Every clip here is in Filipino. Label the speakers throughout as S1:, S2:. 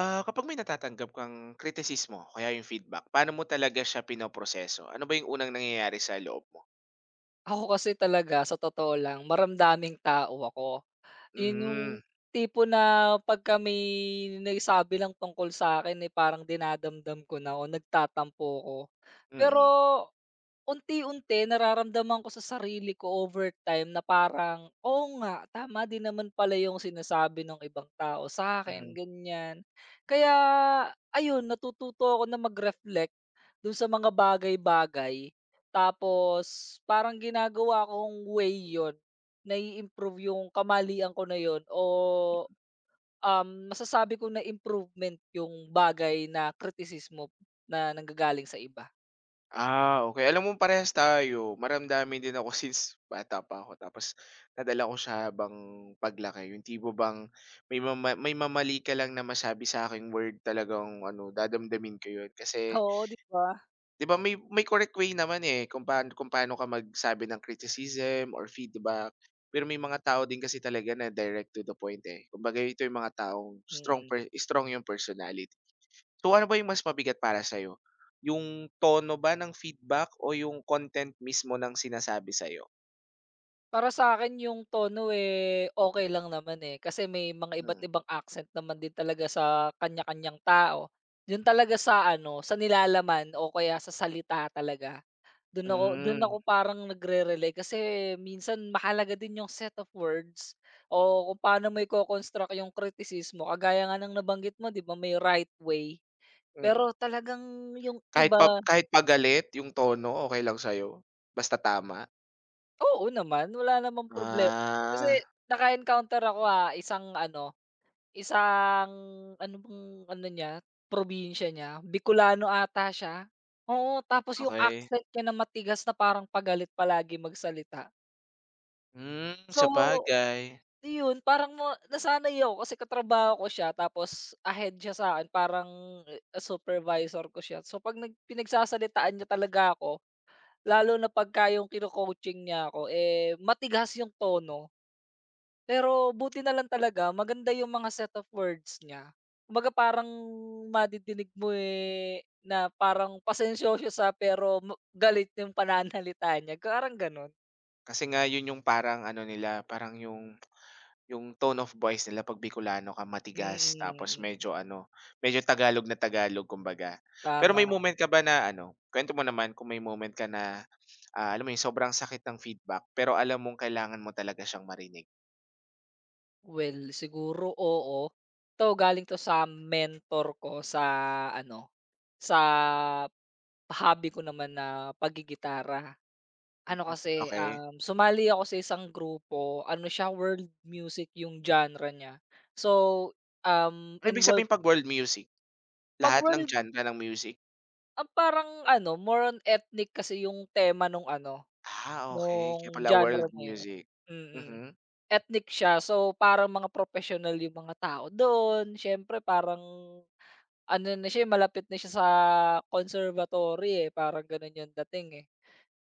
S1: Ah, kapag may natatanggap kang kritisismo kaya yung feedback, paano mo talaga siya pinoproseso? Ano ba yung unang nangyayari sa loob mo?
S2: Ako kasi talaga sa totoo lang maramdaming tao ako. Yun yung
S1: Hmm,
S2: tipo na pagka may nagsabi lang tungkol sa akin, eh, parang dinadamdam ko na o nagtatampo ako. Pero
S1: mm,
S2: unti-unti nararamdaman ko sa sarili ko over time na parang, "Oo nga, tama din naman pala yung sinasabi ng ibang tao sa akin
S1: mm.
S2: ganyan." Kaya ayun, natututo ako na mag-reflect dun sa mga bagay-bagay, tapos parang ginagawa kong way yun, nai-improve yung kamalian ko na yon o, masasabi ko na improvement yung bagay na kritisismo na nanggagaling sa iba.
S1: Ah, okey. Alam mo parehas tayo. Maramdamin din ako since bata pa ako tapos nadala ko siya habang paglaki. Yung tipo bang may mamali ka lang na masabi sa'king word talagang ano, dadamdamin ko yun. Kasi
S2: Oo, 'di ba?
S1: 'di ba may correct way naman, eh, kung paano ka magsabi ng criticism or feedback. Pero may mga tao din kasi talaga na direct to the point, eh. Kumbaga ito yung mga taong strong
S2: Mm.
S1: per strong yung personality. So ano ba yung mas mabigat para sa'yo? Yung tono ba ng feedback o yung content mismo ng sinasabi sa.
S2: Para sa akin yung tono, eh, okay lang naman, eh, kasi may mga iba't
S1: Hmm.
S2: ibang accent naman din talaga sa kanya-kanyang tao. Yun talaga sa ano, sa nilalaman o kaya sa salita talaga, dun ako
S1: Hmm,
S2: dun ako
S1: mm.
S2: parang nagre-rely kasi minsan mahalaga din yung set of words o kung paano mo iko-construct yung kritisismo. Kagaya nga ng nabanggit mo, 'di ba may right way,
S1: Mm.
S2: pero talagang yung
S1: Kahit pa
S2: iba
S1: kahit pagalit yung tono, okay lang sa'yo? Basta tama?
S2: oo naman, wala namang problema. Kasi
S1: Ah,
S2: naka-encounter ako, ah, isang ano, isang ano bang ano niya, probinsya niya, Bicolano ata siya. Oo, tapos yung
S1: okay.
S2: accent niya na matigas na parang pagalit palagi magsalita.
S1: Hmm,
S2: So,
S1: sabagay.
S2: iyon parang na nasanay ako kasi katrabaho ko siya tapos ahead siya sa'kin parang, eh, supervisor ko siya. So, 'pag pinagsasalitaan niya talaga ako, lalo na pagka yung kino-coaching niya ako, eh, matigas yung tono. Pero buti na lang talaga maganda yung mga set of words niya. Kumbaga parang madidinig mo, eh, na parang pasensyoso siya pero ma galit yung pananalita niya, parang gano'n.
S1: Kasi nga yun yung parang ano nila, parang yung tone of voice nila 'pag Bicolano ka, matigas tapos
S2: Mm, mm.
S1: medyo ano, medyo Tagalog na Tagalog kumbaga. Pero may
S2: Tama.
S1: moment ka ba na ano, kuwento mo naman kung may moment ka na, ah, alam mo yun sobrang sakit ng feedback pero alam mong kailangan mo talaga siyang marinig?
S2: Well, siguro oo. 'To galing 'to sa mentor ko sa ano, sa hobby ko naman na paggigitara. Ano
S1: Mhm,
S2: kasi,
S1: okey.
S2: sumali ako sa isang grupo, ano siya, world music yung genre niya. So, um,
S1: Ano ibig sabihin
S2: involved
S1: 'pag world music,
S2: 'pag
S1: lahat ng
S2: world,
S1: genre ng music?
S2: ah, parang ano, more on ethnic kasi yung tema nung ano,
S1: Ah, okay kaya
S2: nung
S1: pala
S2: genre
S1: world
S2: na yun.
S1: music.
S2: Mm,
S1: Mhm,
S2: ethnic siya. So, parang mga propesyonal yung mga tao do'n, siyempre parang ano na siya, eh, malapit na siya sa conservatory, eh, parang gano'n yung dating, eh.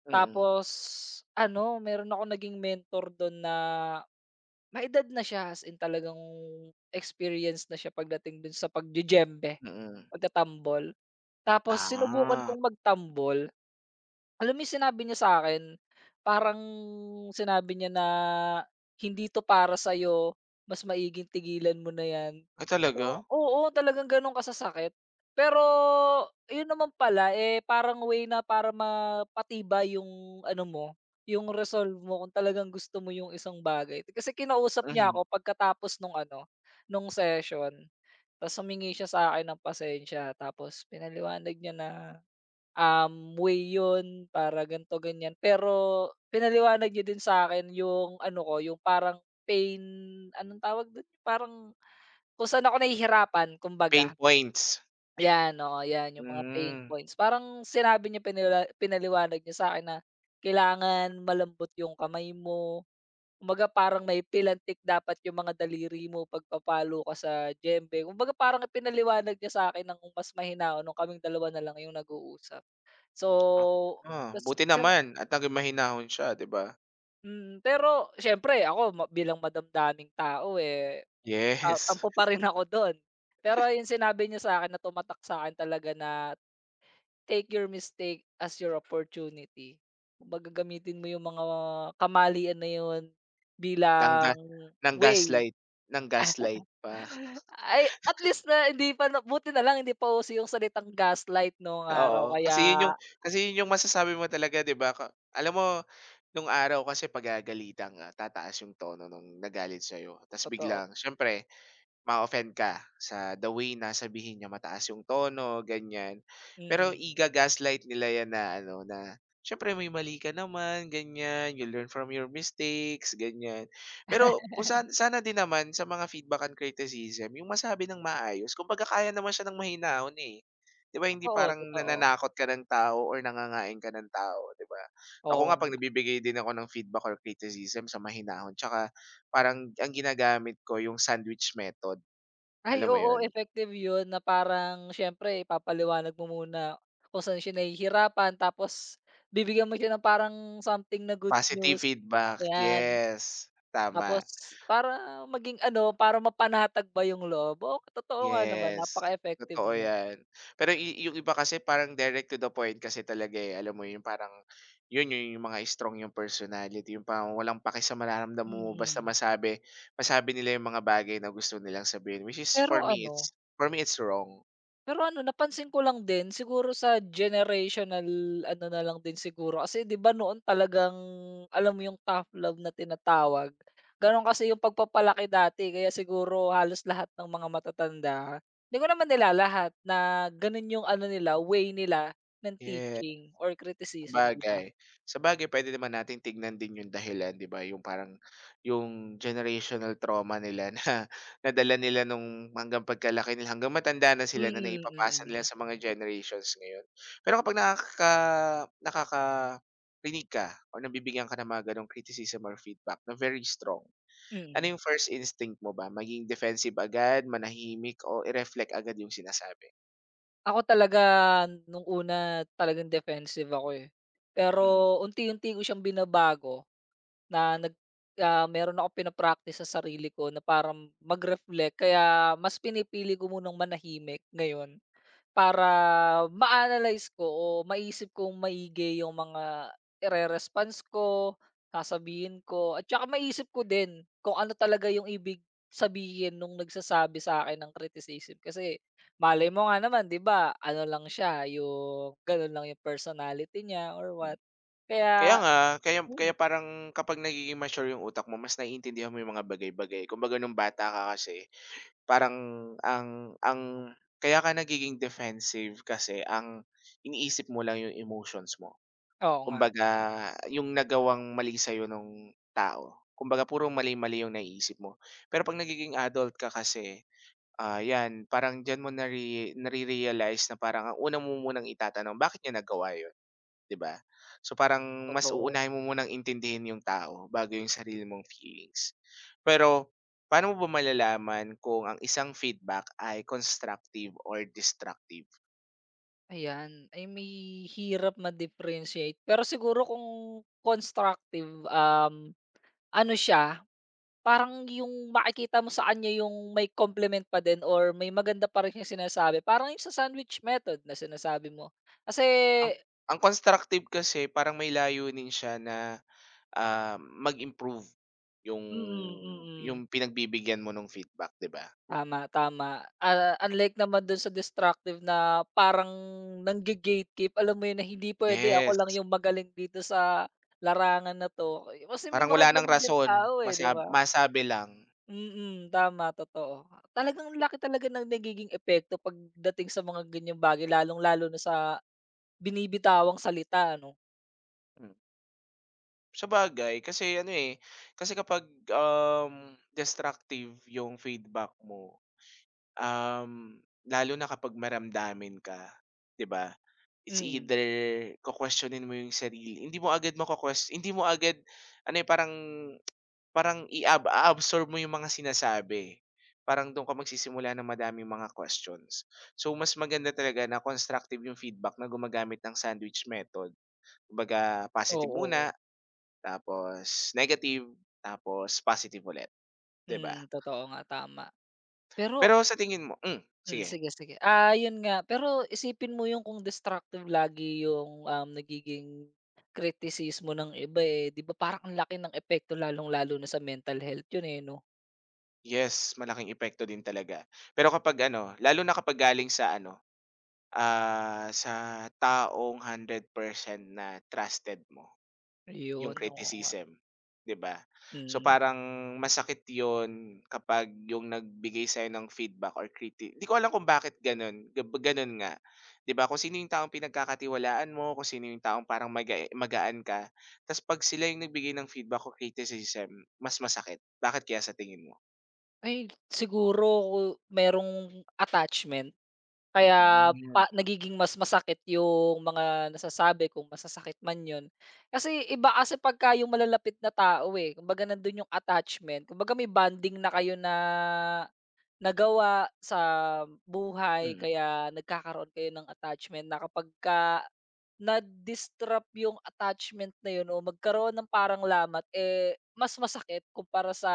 S1: mm,
S2: Tapos ano, meron ako naging mentor do'n na may edad na siya, as in talagang experience na siya pagdating dun sa pagdijembe,
S1: mm.
S2: pagtatambol. Tapos sinubukan
S1: Ah,
S2: kong magtambol, alam mo yung sinabi niya sa akin, parang sinabi niya na, "Hindi 'to para sa'yo, mas maiging tigilan mo na 'yan."
S1: ay talaga?
S2: O oo, talagang gano'n kasasakit. Pero yun naman pala, eh, parang way na para mapatibay yung ano mo, yung resolve mo kung talagang gusto mo yung isang bagay. Kasi kinausap niya
S1: Mhm,
S2: ako pagkatapos nung ano, nung session, tapos humingi siya sa sa'kin ng pasensya tapos pinaliwanag niya na way yun para ganito, ganyan. Pero pinaliwanag niyo din sa akin yung ano ko, yung parang pain, anong tawag dun? Parang kung saan ako nahihirapan
S1: pain
S2: kumbaga.
S1: points.
S2: 'Yan, oo, 'yan yung mga pain
S1: Hmm,
S2: points. Parang sinabi niyo pinaliwanag niya sa akin na kailangan malambot yung kamay mo. Kumbaga parang may pilantik dapat yung mga daliri mo 'pag papalo ka sa diyembe. Kumbaga parang pinaliwanag niya sa'kin ng mas mahinahon nung kaming dalawa na lang yung nag-uusap. So,
S1: ah,
S2: tas
S1: buti
S2: siyem
S1: naman at naging mahinahon siya, 'di ba?
S2: mm, pero siyempre ako ma bilang madamdaming tao, eh,
S1: Yes,
S2: tampo pa rin ako dun. Pero yung sinabi niya sa akin na tumatak sa'kin talaga na, "Take your mistake as your opportunity." Kumbaga gamitin mo yung mga kamalian na yun
S1: nangga
S2: bilang way.
S1: nang-gaslight nang-gaslight pa,
S2: Ay, at least na hindi pa na buti na lang hindi pa uso yung salitang gaslight noong
S1: oo.
S2: araw kaya
S1: Kasi 'yun 'yung masasabi mo talaga, 'di ba, alam mo nung araw kasi pagagalitan ka, tataas 'yung tono nung nagalit sa'yo, ta's
S2: totoo,
S1: biglang siyempre ma offend ka sa the way na sabihin niya, mataas yung tono, ganyan. Pero
S2: mm.
S1: iga-gaslight nila 'yan na ano, na siyempre may mali ka naman, ganyan, you learn from your mistakes, ganyan. Pero kung sana din naman sa mga feedback and criticism, yung masabi ng maayos, kung kaya naman siya ng mahinahon, eh. 'Di ba hindi
S2: Totoo,
S1: parang
S2: totoo.
S1: nananakot ka ng tao or nangangain ka ng tao, 'di ba? Ako nga
S2: Oo.
S1: 'pag nagbibigay din ako ng feedback or criticism, sa mahinahon 'tsaka. Parang ang ginagamit ko yung sandwich method,
S2: Ay
S1: alam mo
S2: oo,
S1: yun?
S2: effective 'yun na parang siyempre ipapaliwanag mo muna kung saan siya nahihirapan tapos bibigyan mo siya ng parang something na good
S1: Positive
S2: news,
S1: feedback,
S2: 'yan.
S1: yes, tama,
S2: Tapos para maging ano, para mapanatag ba 'yung loob. Oo, totoo nga naman
S1: yes,
S2: napaka-effective
S1: totoo
S2: niya,
S1: yan. Pero yung iba kasi parang direct to the point kasi talaga, eh, alam mo yung parang yun yun yung mga strong yung personality, yung parang walang paki sa mararamdaman mo basta
S2: mm.
S1: masabi masabi nila yung mga bagay na gusto nilang sabihin, which is
S2: Pero
S1: for me
S2: ano
S1: it's for me it's wrong.
S2: Pero ano napansin ko lang din siguro sa generational ano na lang din siguro kasi 'di ba noon talagang alam mo yung tough love na tinatawag, gano'n kasi yung pagpapalaki dati kaya siguro halos lahat ng mga matatanda, hindi ko naman nila lahat na gano'n yung ano nila way nila ng
S1: Yes.
S2: teaching or criticism, 'di ba?
S1: Sabagay. Sabagay pwede naman natin tignan din yung dahilan, 'di ba, yung parang yung generational trauma nila na nadala nila nung hanggang pagkalaki nila, hanggang matanda na
S2: Mm,
S1: sila, na
S2: mm,
S1: naipapasa nila
S2: mm.
S1: sa mga generations ngayon. Pero kapag nakakarinig ka o nabibigyan ka ng mga gano'ng criticism or feedback na very strong, ano
S2: Mm.
S1: yung first instinct mo ba? Maging defensive agad, manahimik, o i-reflect agad yung sinasabi?
S2: Ako talaga nung una talagang defensive ako eh,
S1: Mm.
S2: pero unti-unti ko siyang binabago. Na nag Ah, meron akong pina-practice sa sarili ko na parang mag-reflect kaya mas pinipili ko munang manahimik ngayon para ma-analyze ko o maisip kong maigi yung mga ire-response ko, sasabihin ko at saka maisip ko din kung ano talaga yung ibig sabihin nung nagsasabi sa akin ng criticism. Kasi malay mo nga naman, 'di ba, ano lang siya yung gano'n lang yung personality niya or
S1: Mm.
S2: what.
S1: Kaya
S2: Kaya
S1: nga, kaya kaya parang kapag nagiging mature yung utak mo mas naiintindihan mo yung mga bagay-bagay. Kumbaga nung bata ka kasi parang ang kaya ka nagiging defensive kasi ang iniisip mo lang yung emotions mo.
S2: oo nga,
S1: Kumbaga yung nagawang mali sa'yo nung tao. Kumbaga puro mali-mali yung naiisip mo. Pero 'pag nagiging adult ka kasi, ah, 'yan parang diyan mo nare-realize na parang ang una mo munang itatanong, bakit niya nagawa yun? 'Di ba? So, parang mas
S2: totoo.
S1: uunahin mo munang intindihin yung tao bago yung sarili mong feelings. Pero paano mo ba malalaman kung ang isang feedback ay constructive or destructive?
S2: Ayan, ay mahihirap ma-differentiate pero siguro kung constructive, ano siya parang yung makikita mo sa kanya yung may compliment pa din or may maganda pa rin siyang sinasabi parang yung sa sandwich method na sinasabi mo. Kasi
S1: Ang ang constructive kasi parang may layunin siya na, ah, mag-improve yung
S2: mm, mm, mm,
S1: pinagbibigyan mo ng feedback, 'di ba?
S2: tama, tama, ah, unlike naman dun sa destructive na parang nangge-gatekeep alam mo yun na hindi puwede ako
S1: Yes,
S2: lang yung magaling dito sa larangan na 'to, kasi may
S1: parang
S2: mga
S1: wala ng
S2: ganun din
S1: rason,
S2: tao, eh, 'di ba?
S1: masabi lang.
S2: Mm, tama, totoo. Talagang laki talaga ng nagiging epekto pagdating sa mga ganyang bagay lalong-lalo na sa binibitawang salita, 'no?
S1: Sabagay kasi ano, eh, kasi kapag, destructive yung feedback mo, lalo na kapag maramdamin ka, 'di ba? It's
S2: Mm,
S1: either ko questionin mo yung sarili, hindi mo agad ano, eh, parang parang absorb mo yung mga sinasabi. Parang dun ka magsisimula ng madaming mga questions. So, mas maganda talaga na constructive yung feedback na gumagamit ng sandwich method. Kumbaga positive
S2: oo.
S1: muna, tapos negative, tapos positive ulit, 'di ba?
S2: Mm, totoo nga, tama. Pero
S1: Pero sa tingin mo,
S2: hmm,
S1: sige.
S2: sige, sige. Ah, yun nga, pero isipin mo yung kung destructive lagi yung, nagiging kritisismo ng iba, eh, 'di ba parang ang laki ng epekto lalong-lalo na sa mental health yun, eh, 'no?
S1: Yes, malaking epekto din talaga. Pero kapag ano, lalo na kapag galing sa ano, ah, sa taong 100% na trusted mo. Yung
S2: Yun oo nga.
S1: criticism, 'di ba? So,
S2: Mm.
S1: parang masakit yon kapag yung nagbigay sa'yo ng feedback or hindi ko alam kung bakit gano'n, gano'n nga. 'Di ba, kung sino yung taong pinagkakatiwalaan mo, kung sino yung taong parang magaan ka, ta's 'pag sila yung nagbigay ng feedback or criticism, mas masakit. Bakit kaya sa tingin mo?
S2: Ay, siguro merong attachment. Kaya
S1: Hmm,
S2: pa nagiging mas masakit yung mga nasasabi kung masasakit man yun. Kasi iba kasi pagka yung malalapit na tao, eh, kumbaga nandun yung attachment, kumbaga may bonding na kayo na nagawa sa buhay
S1: hmm,
S2: kaya nagkakaroon kayo ng attachment na kapagka na-disrupt yung attachment na yun o magkaroon ng parang lamat, eh, mas masakit kumpara sa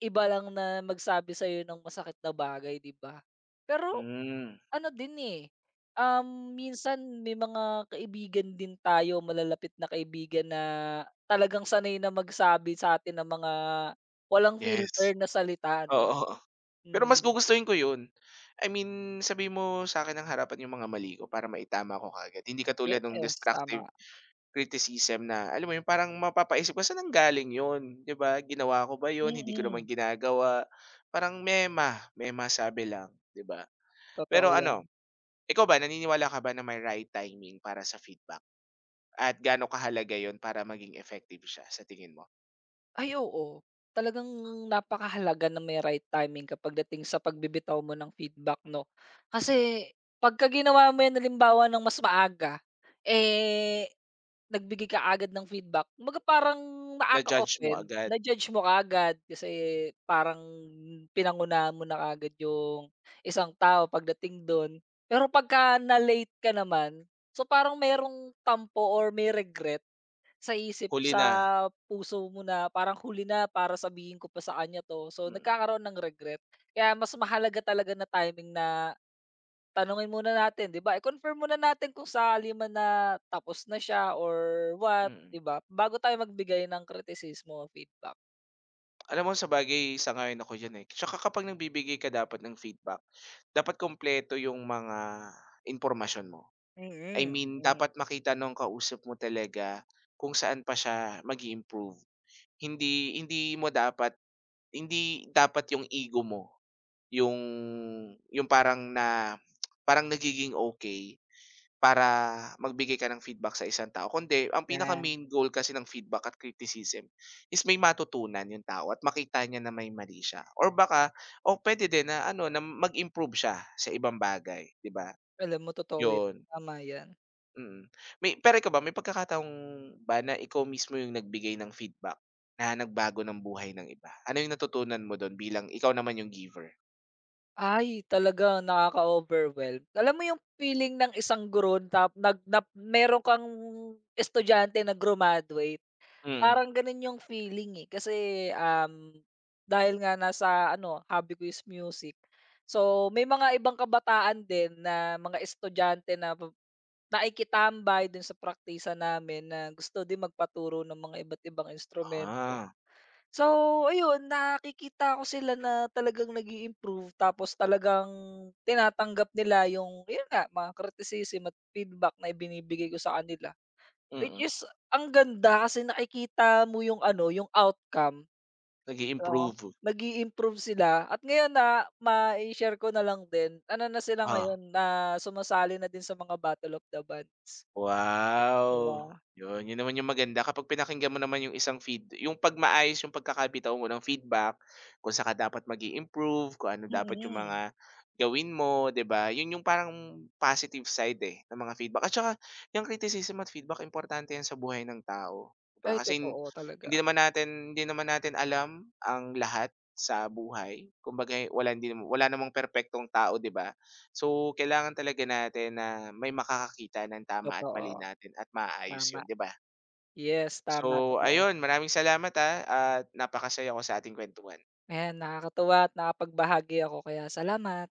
S2: iba lang na magsabi sa'yo ng masakit na bagay, 'di ba? Pero
S1: hmm,
S2: ano din, eh, minsan may mga kaibigan din tayo, malalapit na kaibigan na talagang sanay na magsabi sa atin ng mga walang filter
S1: yes.
S2: na salita, ano?
S1: Oo. Pero
S2: Hmm,
S1: mas gugustuhin ko 'yun. I mean, sabi mo sa akin ng harapan yung mga mali ko para maitama ko kagad. Hindi katulad ng
S2: yes,
S1: destructive
S2: tama.
S1: criticism na, alam mo yun, parang mapapaisip ka, "Saan nanggaling yun?" 'Di ba? "Ginawa ko ba yun? Hindi ko naman
S2: Mm,
S1: ginagawa." Parang mema-sabi lang, 'di ba?
S2: totoo
S1: Pero
S2: 'yan.
S1: ano, ikaw ba, naniniwala ka ba na may right timing para sa feedback? At gaano kahalaga yon para maging effective siya sa tingin mo?
S2: Ay, oo. Talagang napakahalaga na may right timing kapag dating sa pagbibitaw mo ng feedback, 'no?
S1: Mm.
S2: Kasi pagka ginawa mo 'yan halimbawa ng mas maaga, eh, nagbigay ka agad ng feedback, kumbaga parang
S1: Na-judge mo
S2: nakaka-offend,
S1: agad,
S2: na-judge mo kaagad kasi parang pinangunahan mo na kaagad yung isang tao pagdating don. Pero pagka na-late ka naman, so parang merong tampo or may regret sa isip,
S1: huli
S2: sa
S1: na.
S2: puso mo na parang huli na para sabihin ko pa sa kanya 'to, so
S1: Mm,
S2: nagkakaroon ng regret. Kaya mas mahalaga talaga na timing na tanungin muna natin, 'di ba, i-confirm muna natin kung sakali man na tapos na siya or what,
S1: mm.
S2: 'di ba, bago tayo magbigay ng kritisismo o feedback.
S1: Alam mo sa bagay, sang-ayon ako diyan, eh. Tsaka kapag nagbibigay ka dapat ng feedback, dapat kompleto yung mga impormasyon mo. I
S2: Mm,
S1: mean,
S2: mm,
S1: dapat makita nung kausap mo talaga kung saan pa siya mag improve. Hindi hindi mo dapat hindi dapat yung ego mo yung yung parang nagiging okay para magbigay ka ng feedback sa isang tao, kundi ang
S2: yan.
S1: pinaka-main goal kasi ng feedback at criticism is may matutunan yung tao at makita niya na may mali siya, or baka o puwede din na ano na mag-improve siya sa ibang bagay, 'di ba?
S2: Alam mo totoo 'yan,
S1: Yun,
S2: tama 'yan.
S1: mm. Pero ikaw ba may pagkakataong ba na ikaw mismo yung nagbigay ng feedback na nagbago ng buhay ng iba? Ano yung natutunan mo dun bilang ikaw naman yung giver?
S2: Ay talaga nakaka-overwhelm. Alam mo yung feeling ng isang guro tap nag nap meron kang estudyante na grumaduate.
S1: Mm.
S2: Parang gano'n yung feeling, eh, kasi, um, dahil nga nasa ano, hobby ko is music. So, may mga ibang kabataan din na mga estudyante na naikitambay do'n sa praktisa namin na gusto din magpaturo ng mga iba't ibang instrumento.
S1: Ah,
S2: So, ayun nakikita ko sila na talagang nag improve tapos talagang tinatanggap nila yung, yun nga, mga criticism at feedback na ibinibigay ko sa kanila. Which
S1: mm.
S2: is ang ganda kasi nakikita mo yung ano, yung outcome,
S1: Nag
S2: oo.
S1: improve.
S2: Nag-i-improve sila at ngayon na ma share ko na lang din, ano na sila ngayon na sumasali na din sa mga Battle of the Bands, 'di ba?
S1: Wow! 'Yun, 'yun naman yung maganda kapag pinakinggan mo naman yung isang yung pagkakabitaw mo ng feedback, kung saan ka dapat mag improve, kung ano dapat yung
S2: Mm.
S1: mga gawin mo, 'di ba? 'Yun yung parang positive side, eh, ng mga feedback. At saka yung criticism at feedback, importante 'yan sa buhay ng tao, 'di
S2: Ay
S1: ba? Kasi
S2: totoo talaga,
S1: hindi naman natin alam ang lahat sa buhay. Kumbaga, eh, wala, hindi, wala namang perpektong tao, 'di ba? So, kailangan talaga natin na may makakakita ng tama at mali
S2: totoo,
S1: natin at maayos
S2: tama.
S1: 'yun, 'di ba?
S2: Yes,
S1: So
S2: tama, totoo.
S1: ayun, maraming salamat, ah, at napakasaya ko sa ating kwentuhan.
S2: Ayan, nakakatuwa at nakapagbahagi ako kaya salamat.